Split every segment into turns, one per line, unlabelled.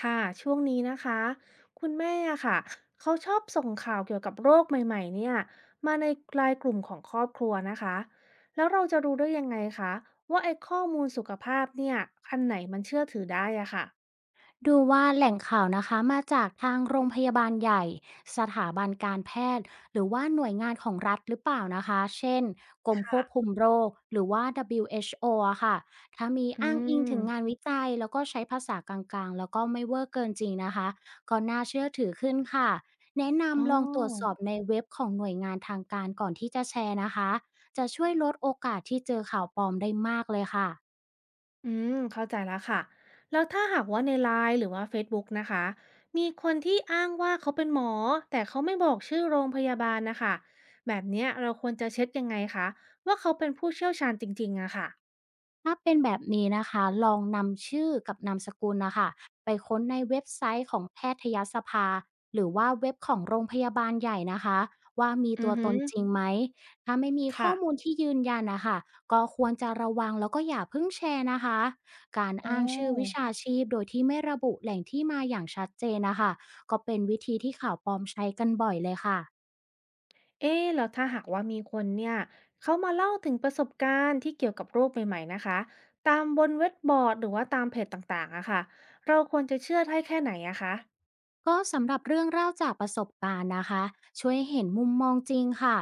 ค่ะช่วงนี้นะคะคุณแม่อะค่ะเขาชอบส่งข่าวเกี่ยวกับโรคใหม่ๆเนี่ยมาในไลน์กลุ่มของครอบครัวนะคะแล้วเราจะรู้ได้ยังไงคะว่าไอ้ข้อมูลสุขภาพเนี่ยอันไหนมันเชื่อถือได้อะค่ะ
ดูว่าแหล่งข่าวนะคะมาจากทางโรงพยาบาลใหญ่สถาบันการแพทย์หรือว่าหน่วยงานของรัฐหรือเปล่านะคะเช่นกรมค
ค่ะ
วบคุมโรคหรือว่า WHO อชโออะค่ะถ้ามี
อื
อ้างอิง
ม
ถึงงานวิจัยแล้วก็ใช้ภาษากลางๆแล้วก็ไม่เวอร์เกินจริงนะคะก็น่าเชื่อถือขึ้นค่ะแนะ
อ๋อ
นำลองตรวจสอบในเว็บของหน่วยงานทางการก่อนที่จะแชร์นะคะจะช่วยลดโอกาสที่เจอข่าวปลอมได้มากเลยค่ะ
อืมเข้าใจแล้วค่ะแล้วถ้าหากว่าใน LINE หรือว่า Facebook นะคะมีคนที่อ้างว่าเขาเป็นหมอแต่เขาไม่บอกชื่อโรงพยาบาลนะคะแบบเนี้ยเราควรจะเช็คยังไงคะว่าเขาเป็นผู้เชี่ยวชาญจริงๆอะค่ะ
ถ้าเป็นแบบนี้นะคะลองนำชื่อกับนามสกุลนะคะไปค้นในเว็บไซต์ของแพทยสภาหรือว่าเว็บของโรงพยาบาลใหญ่นะคะว่ามี
อื
ตั
อ
ว
ฮึ
ตนจริงไหม ถ้าไม่มีข้
ค่ะ
อมูลที่ยืนยันนะคะก็ควรจะระวังแล้วก็อย่าเพิ่งแชร์นะคะ การ
อ๋
อ้างชื่อวิ
อ
ชาชีพโดยที่ไม่ระบุแหล่งที่มาอย่างชัดเจนนะคะก็เป็นวิธีที่ข่าวปลอมใช้กันบ่อยเลยค่ะ
เอ๊ะแล้วถ้าหากว่ามีคนเนี่ยเขามาเล่าถึงประสบการณ์ที่เกี่ยวกับโรคใหม่ๆนะคะตามบนเว็บบอร์ดหรือว่าตามเพจต่างๆอะค่ะเราควรจะเชื่อได้แค่ไหนอะคะ
ก็สำหรับเรื่องเล่าจากประสบการณ์นะคะช่วยเห็นมุมมองจริงค่ะ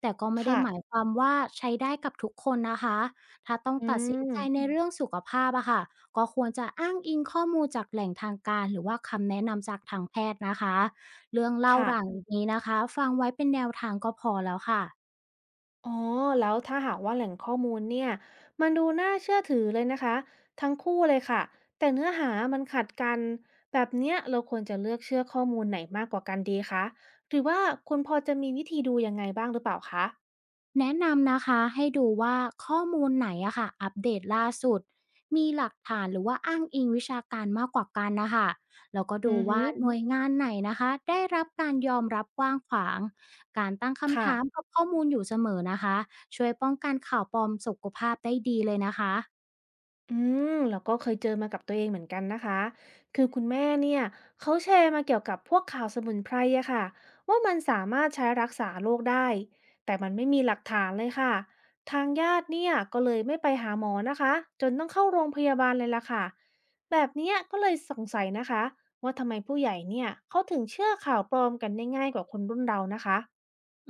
แต่ก็ไม่ได้
ค่ะ
หมายความว่าใช้ได้กับทุกคนนะคะถ้าต้อง
อื
ตัดสินใจใน
ม
เรื่องสุขภาพอะค่ะก็ควรจะอ้างอิงข้อมูลจากแหล่งทางการหรือว่าคำแนะนำจากทางแพทย์นะคะเรื่องเล่า
ค่ะ
หลังนี้นะคะฟังไว้เป็นแนวทางก็พอแล้วค่ะ
อ๋อ แล้วถ้าหากว่าแหล่งข้อมูลเนี่ยมันดูน่าเชื่อถือเลยนะคะทั้งคู่เลยค่ะแต่เนื้อหามันขัดกันแบบเนี้ยเราควรจะเลือกเชื่อข้อมูลไหนมากกว่ากันดีคะหรือว่าคุณพอจะมีวิธีดูยังไงบ้างหรือเปล่าคะ
แนะนำนะคะให้ดูว่าข้อมูลไหนอะค่ะอัปเดตล่าสุดมีหลักฐานหรือว่าอ้างอิงวิชาการมากกว่ากันนะคะแล้วก็ดู
อือฮึ
ว่าหน่วยงานไหนนะคะได้รับการยอมรับกว้างขวางการตั้งคำ
ค่ะ
ถามกับข้อมูลอยู่เสมอนะคะช่วยป้องกันข่าวปลอมสุขภาพได้ดีเลยนะคะ
อืมเราก็เคยเจอมากับตัวเองเหมือนกันนะคะคือคุณแม่เนี่ยเขาแชร์มาเกี่ยวกับพวกข่าวสมุนไพรอะค่ะว่ามันสามารถใช้รักษาโรคได้แต่มันไม่มีหลักฐานเลยค่ะทางญาติเนี่ยก็เลยไม่ไปหาหมอนะคะจนต้องเข้าโรงพยาบาลเลยล่ะค่ะแบบเนี้ยก็เลยสงสัยนะคะว่าทำไมผู้ใหญ่เนี่ยเขาถึงเชื่อข่าวปลอมกันได้ง่ายกว่าคนรุ่นเรานะคะ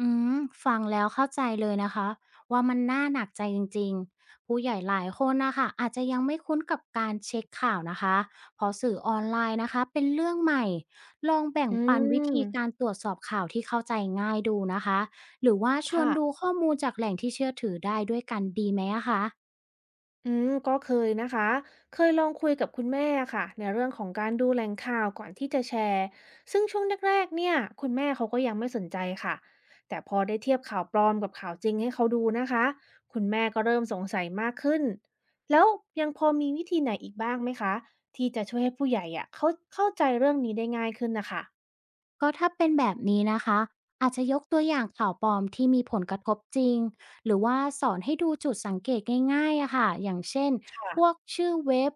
อืมฟังแล้วเข้าใจเลยนะคะว่ามันน่าหนักใจจริงๆผู้ใหญ่หลายคนนะคะอาจจะยังไม่คุ้นกับการเช็คข่าวนะคะเพราะสื่อออนไลน์นะคะเป็นเรื่องใหม่ลองแบ่ง
อื
ปันวิ
ม
ธีการตรวจสอบข่าวที่เข้าใจง่ายดูนะคะหรือว่าชวนดู
ค่ะ
ข้อมูลจากแหล่งที่เชื่อถือได้ด้วยกันดีไหมอะคะ
อืมก็เคยนะคะเคยลองคุยกับคุณแม่ค่ะในเรื่องของการดูแหล่งข่าวก่อนที่จะแชร์ซึ่งช่วงแรกๆเนี่ยคุณแม่เขาก็ยังไม่สนใจค่ะแต่พอได้เทียบข่าวปลอมกับข่าวจริงให้เขาดูนะคะคุณแม่ก็เริ่มสงสัยมากขึ้นแล้วยังพอมีวิธีไหนอีกบ้างไหมคะที่จะช่วยให้ผู้ใหญ่อะเขาเข้าใจเรื่องนี้ได้ง่ายขึ้นนะคะ
ก็ถ้าเป็นแบบนี้นะคะอาจจะยกตัวอย่างข่าวปลอมที่มีผลกระทบจริงหรือว่าสอนให้ดูจุดสังเกตง่ายๆอะค่ะอย่างเช่นพวก
ค่ะ
ชื่อเว็บ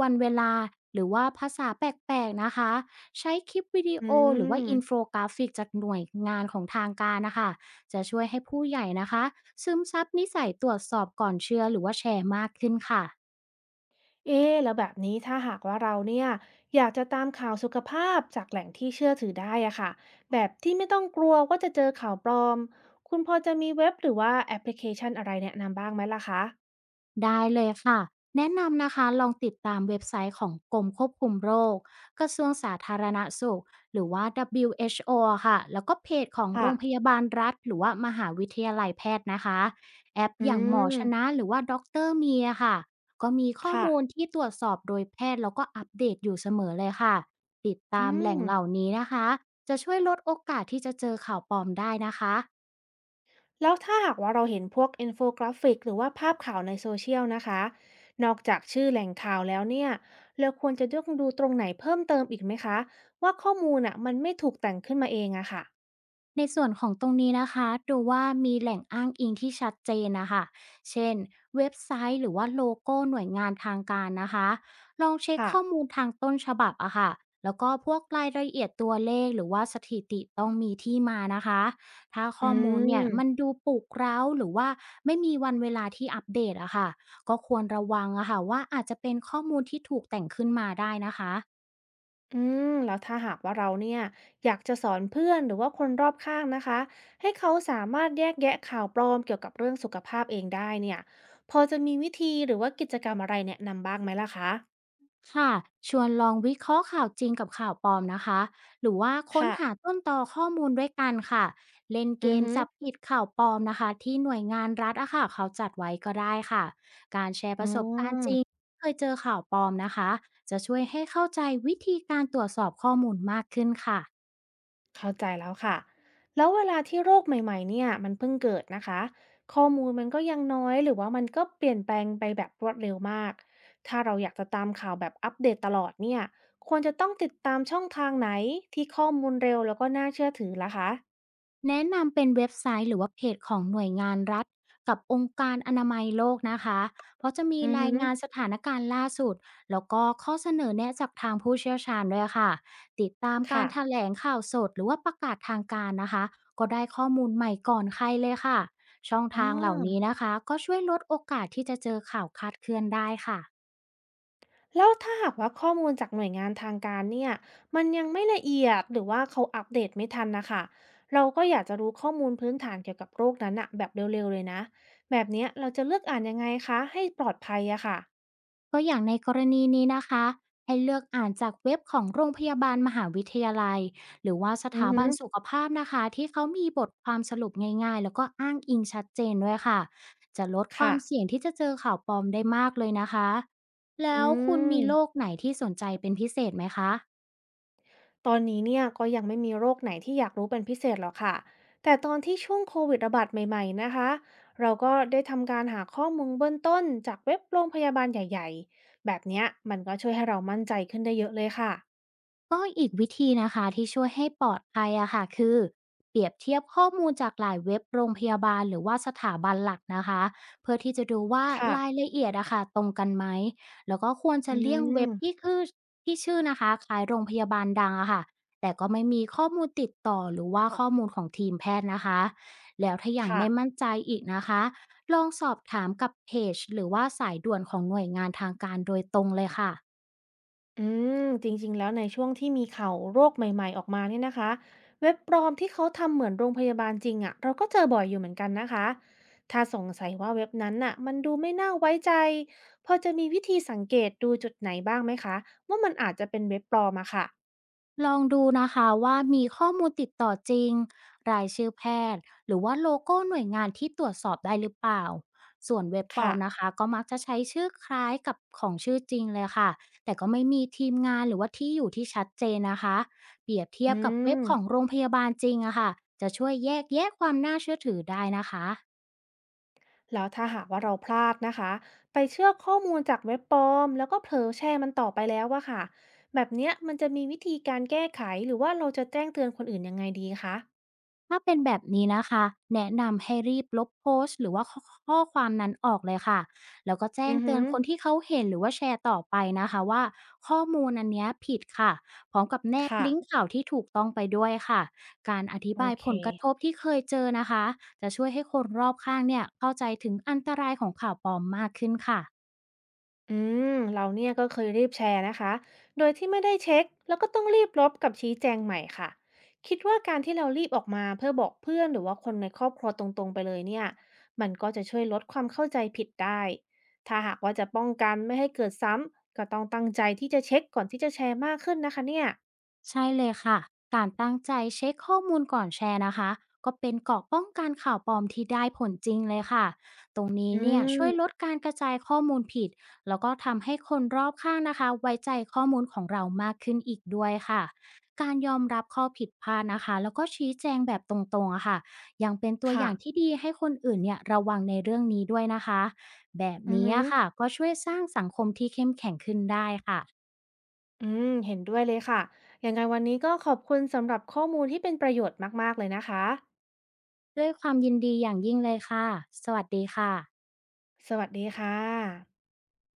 วันเวลาหรือว่าภาษาแปลกๆนะคะใช้คลิปวิดี
อื
โอหรือว่าอินโฟ
ม
กราฟิกจากหน่วยงานของทางการนะคะจะช่วยให้ผู้ใหญ่นะคะซึมซับนิสัยตรวจสอบก่อนเชื่อหรือว่าแชร์มากขึ้นค่ะ
เอ๊ะแล้วแบบนี้ถ้าหากว่าเราเนี่ยอยากจะตามข่าวสุขภาพจากแหล่งที่เชื่อถือได้อะค่ะแบบที่ไม่ต้องกลัวว่าจะเจอข่าวปลอมคุณพอจะมีเว็บหรือว่าแอปพลิเคชันอะไรแนะนำบ้างไหมล่ะคะ
ได้เลยค่ะแนะนำนะคะลองติดตามเว็บไซต์ของกรมควบคุมโรคกระทรวงสาธารณสุขหรือว่า WHO อะค่ะแล้วก็เพจของโร
ค่ะ
งพยาบาลรัฐหรือว่ามหาวิทยาลัยแพทย์นะคะแอป
อื
อย่างหมอชนะ
ม
หรือว่าด็อกเตอร์เมียค่ะก็มีข้อ
ค่ะ
มูลที่ตรวจสอบโดยแพทย์แล้วก็อัปเดตอยู่เสมอเลยค่ะติด
อื
ตามแหล่
ม
งเหล่านี้นะคะจะช่วยลดโอกาสที่จะเจอข่าวปลอมได้นะคะ
แล้วถ้าหากว่าเราเห็นพวกอินโฟกราฟิกหรือว่าภาพข่าวในโซเชียลนะคะนอกจากชื่อแหล่งข่าวแล้วเนี่ยเราควรจะต้องดูตรงไหนเพิ่มเติมอีกไหมคะว่าข้อมูลอ่ะมันไม่ถูกแต่งขึ้นมาเองอะค่ะ
ในส่วนของตรงนี้นะคะดูว่ามีแหล่งอ้างอิงที่ชัดเจนนะคะเช่นเว็บไซต์หรือว่าโลโก้หน่วยงานทางการนะคะลองเช็ค
ค่ะ
ข้อมูลทางต้นฉบับอะค่ะแล้วก็พวกรายละเอียดตัวเลขหรือว่าสถิติต้องมีที่มานะคะถ้า
อื
ข้อมูลเนี่ยมัน
ม
ดูปลุกเร้าหรือว่าไม่มีวันเวลาที่อัปเดตอะค่ะก็ควรระวังอะค่ะว่าอาจจะเป็นข้อมูลที่ถูกแต่งขึ้นมาได้นะคะ
อืมแล้วถ้าหากว่าเราเนี่ยอยากจะสอนเพื่อนหรือว่าคนรอบข้างนะคะให้เขาสามารถแยกแยะข่าวปลอมเกี่ยวกับเรื่องสุขภาพเองได้เนี่ยพอจะมีวิธีหรือว่ากิจกรรมอะไรแนะนำบ้างไหมล่ะคะ
ค่ะชวนลองวิเคราะห์ข่าวจริงกับข่าวปลอมนะคะหรือว่าค้นหา
ค่ะ
ต้นตอข้อมูลด้วยกันค่ะเล่นเก
อือ
ม
ฮึ
จับผิดข่าวปลอมนะคะที่หน่วยงานรัฐอะค่ะเขาจัดไว้ก็ได้ค่ะการแชร์ป
อ๋อ
ระสบการณ์จริงเคยเจอข่าวปลอมนะคะจะช่วยให้เข้าใจวิธีการตรวจสอบข้อมูลมากขึ้นค่ะ
เข้าใจแล้วค่ะแล้วเวลาที่โรคใหม่ๆเนี่ยมันเพิ่งเกิดนะคะข้อมูลมันก็ยังน้อยหรือว่ามันก็เปลี่ยนแปลงไปแบบรวดเร็วมาก ถ้าเราอยากจะตามข่าวแบบอัปเดตตลอดเนี่ยควรจะต้องติดตามช่องทางไหนที่ข้อมูลเร็วแล้วก็น่าเชื่อถือล่ะคะ
แนะนำเป็นเว็บไซต์หรือว่าเพจของหน่วยงานรัฐกับองค์การอนามัยโลกนะคะ เพราะจะมี
อือ
รา
ฮึ
ยงานสถานการณ์ล่าสุดแล้วก็ข้อเสนอแนะจากทางผู้เชี่ยวชาญด้วยค่ะ ติดตามกา
ค่ะ
รแถลงข่าวสดหรือว่าประกาศทางการนะคะก็ได้ข้อมูลใหม่ก่อนใครเลยค่ะ ช่อง
อ๋
ทางเหล่านี้
อ
นะคะก็ช่วยลดโอกาสที่จะเจอข่าวคลาดเคลื่อนได้ค่ะ
แล้วถ้าหากว่าข้อมูลจากหน่วยงานทางการเนี่ยมันยังไม่ละเอียดหรือว่าเขาอัปเดตไม่ทันนะคะเราก็อยากจะรู้ข้อมูลพื้นฐานเกี่ยวกับโรคนั้นอะแบบเร็วๆเลยนะแบบเนี้ยเราจะเลือกอ่านยังไงคะให้ปลอดภัยอะค่ะ
ก็อย่างในกรณีนี้นะคะให้เลือกอ่านจากเว็บของโรงพยาบาลมหาวิทยาลัยหรือว่าส
อือ
ถา
ฮึ
บันสุขภาพนะคะที่เขามีบทความสรุปง่ายๆแล้วก็อ้างอิงชัดเจนด้วยค่ะจะลดควา
ค่ะ
มเสี่ยงที่จะเจอข่าวปลอมได้มากเลยนะคะแล้
อื
วคุณมีโร
ม
คไหนที่สนใจเป็นพิเศษไหมคะ
ตอนนี้เนี่ยก็ยังไม่มีโรคไหนที่อยากรู้เป็นพิเศษหรอกค่ะแต่ตอนที่ช่วงโควิดระบาดใหม่ๆนะคะเราก็ได้ทำการหาข้อมูลเบื้องต้นจากเว็บโรงพยาบาลใหญ่ๆแบบเนี้ยมันก็ช่วยให้เรามั่นใจขึ้นได้เยอะเลยค่ะ
ก็อีกวิธีนะคะที่ช่วยให้ปลอดภัยอะค่ะคือเปรียบเทียบข้อมูลจากหลายเว็บโรงพยาบาลหรือว่าสถาบันหลักนะคะเพื่อที่จะดูว่า
ค่ะ
รายละเอียดอะค่ะตรงกันไหมแล้วก็ควร
อื
จะเลี่ยงเว็
ม
บที่ชื่อนะคะคล้ายโรงพยาบาลดังอะค่ะแต่ก็ไม่มีข้อมูลติดต่อหรือว่าข้อมูลของทีมแพทย์นะคะแล้วถ้ายัง
ค่ะ
ไม่มั่นใจอีกนะคะลองสอบถามกับเพจหรือว่าสายด่วนของหน่วยงานทางการโดยตรงเลยค่ะ
อืมจริงๆแล้วในช่วงที่มีข่าวโรคใหม่ๆออกมาเนี่ยนะคะเว็บปลอมที่เขาทำเหมือนโรงพยาบาลจริงอะเราก็เจอบ่อยอยู่เหมือนกันนะคะถ้าสงสัยว่าเว็บนั้นน่ะมันดูไม่น่าไว้ใจพอจะมีวิธีสังเกตดูจุดไหนบ้างไหมคะว่ามันอาจจะเป็นเว็บปลอมอะค่ะ
ลองดูนะคะว่ามีข้อมูลติดต่อจริงรายชื่อแพทย์หรือว่าโลโก้หน่วยงานที่ตรวจสอบได้หรือเปล่าส่วนเว็บปลอ
ค่ะ
มนะคะก็มักจะใช้ชื่อคล้ายกับของชื่อจริงเลยค่ะแต่ก็ไม่มีทีมงานหรือว่าที่อยู่ที่ชัดเจนนะคะเปรียบเทีย
อื
บกับเว็บ
ม
ของโรงพยาบาลจริงอะค่ะจะช่วยแยกแยะความน่าเชื่อถือได้นะคะ
แล้วถ้าหากว่าเราพลาดนะคะไปเชื่อข้อมูลจากเว็บปลอมแล้วก็เผลอแชร์มันต่อไปแล้วอะค่ะแบบเนี้ยมันจะมีวิธีการแก้ไขหรือว่าเราจะแจ้งเตือนคนอื่นยังไงดีคะ
ถ้าเป็นแบบนี้นะคะแนะนำให้รีบลบโพสต์หรือว่าขอข้อความนั้นออกเลยค่ะแล้วก็แจ้
อื
ง
อ
เตื
ฮึ
อนคนที่เขาเห็นหรือว่าแชร์ต่อไปนะคะว่าข้อมูลอันเนี้ยผิดค่ะพร้อมกับแนบ
ค่ะ
ลิงก์ข่าวที่ถูกต้องไปด้วยค่ะการอธิ
โอ
บาย
เค
ผลกระทบที่เคยเจอนะคะจะช่วยให้คนรอบข้างเนี่ยเข้าใจถึงอันตรายของข่าวปลอมมากขึ้นค่ะ
อืมเราเนี่ยก็เคยรีบแชร์นะคะโดยที่ไม่ได้เช็คแล้วก็ต้องรีบลบกับชี้แจงใหม่ค่ะคิดว่าการที่เรารีบออกมาเพื่อบอกเพื่อนหรือว่าคนในครอบครัวตรงๆไปเลยเนี่ยมันก็จะช่วยลดความเข้าใจผิดได้ถ้าหากว่าจะป้องกันไม่ให้เกิดซ้ำก็ต้องตั้งใจที่จะเช็คก่อนที่จะแชร์มากขึ้นนะคะเนี่ย
ใช่เลยค่ะการตั้งใจเช็คข้อมูลก่อนแชร์นะคะก็เป็นเกราะป้องกันข่าวปลอมที่ได้ผลจริงเลยค่ะตรงนี้
อื
เนี่ยช่วยล
ม
ดการกระจายข้อมูลผิดแล้วก็ทำให้คนรอบข้างนะคะไว้ใจข้อมูลของเรามากขึ้นอีกด้วยค่ะการยอมรับข้อผิดพลาดนะคะแล้วก็ชี้แจงแบบตรงๆอะค่ะยังเป็นตัวอ
ค่ะ
ย่างที่ดีให้คนอื่นเนี่ยระวังในเรื่องนี้ด้วยนะคะแบบ
อือ
นี้
หือ
อะค่ะก็ช่วยสร้างสังคมที่เข้มแข็งขึ้นได้ค่ะ
อืมเห็นด้วยเลยค่ะยังไงวันนี้ก็ขอบคุณสำหรับข้อมูลที่เป็นประโยชน์มากๆเลยนะคะ
ด้วยความยินดีอย่างยิ่งเลยค่ะ สวัสดีค่ะ
สวัสดีค่ะ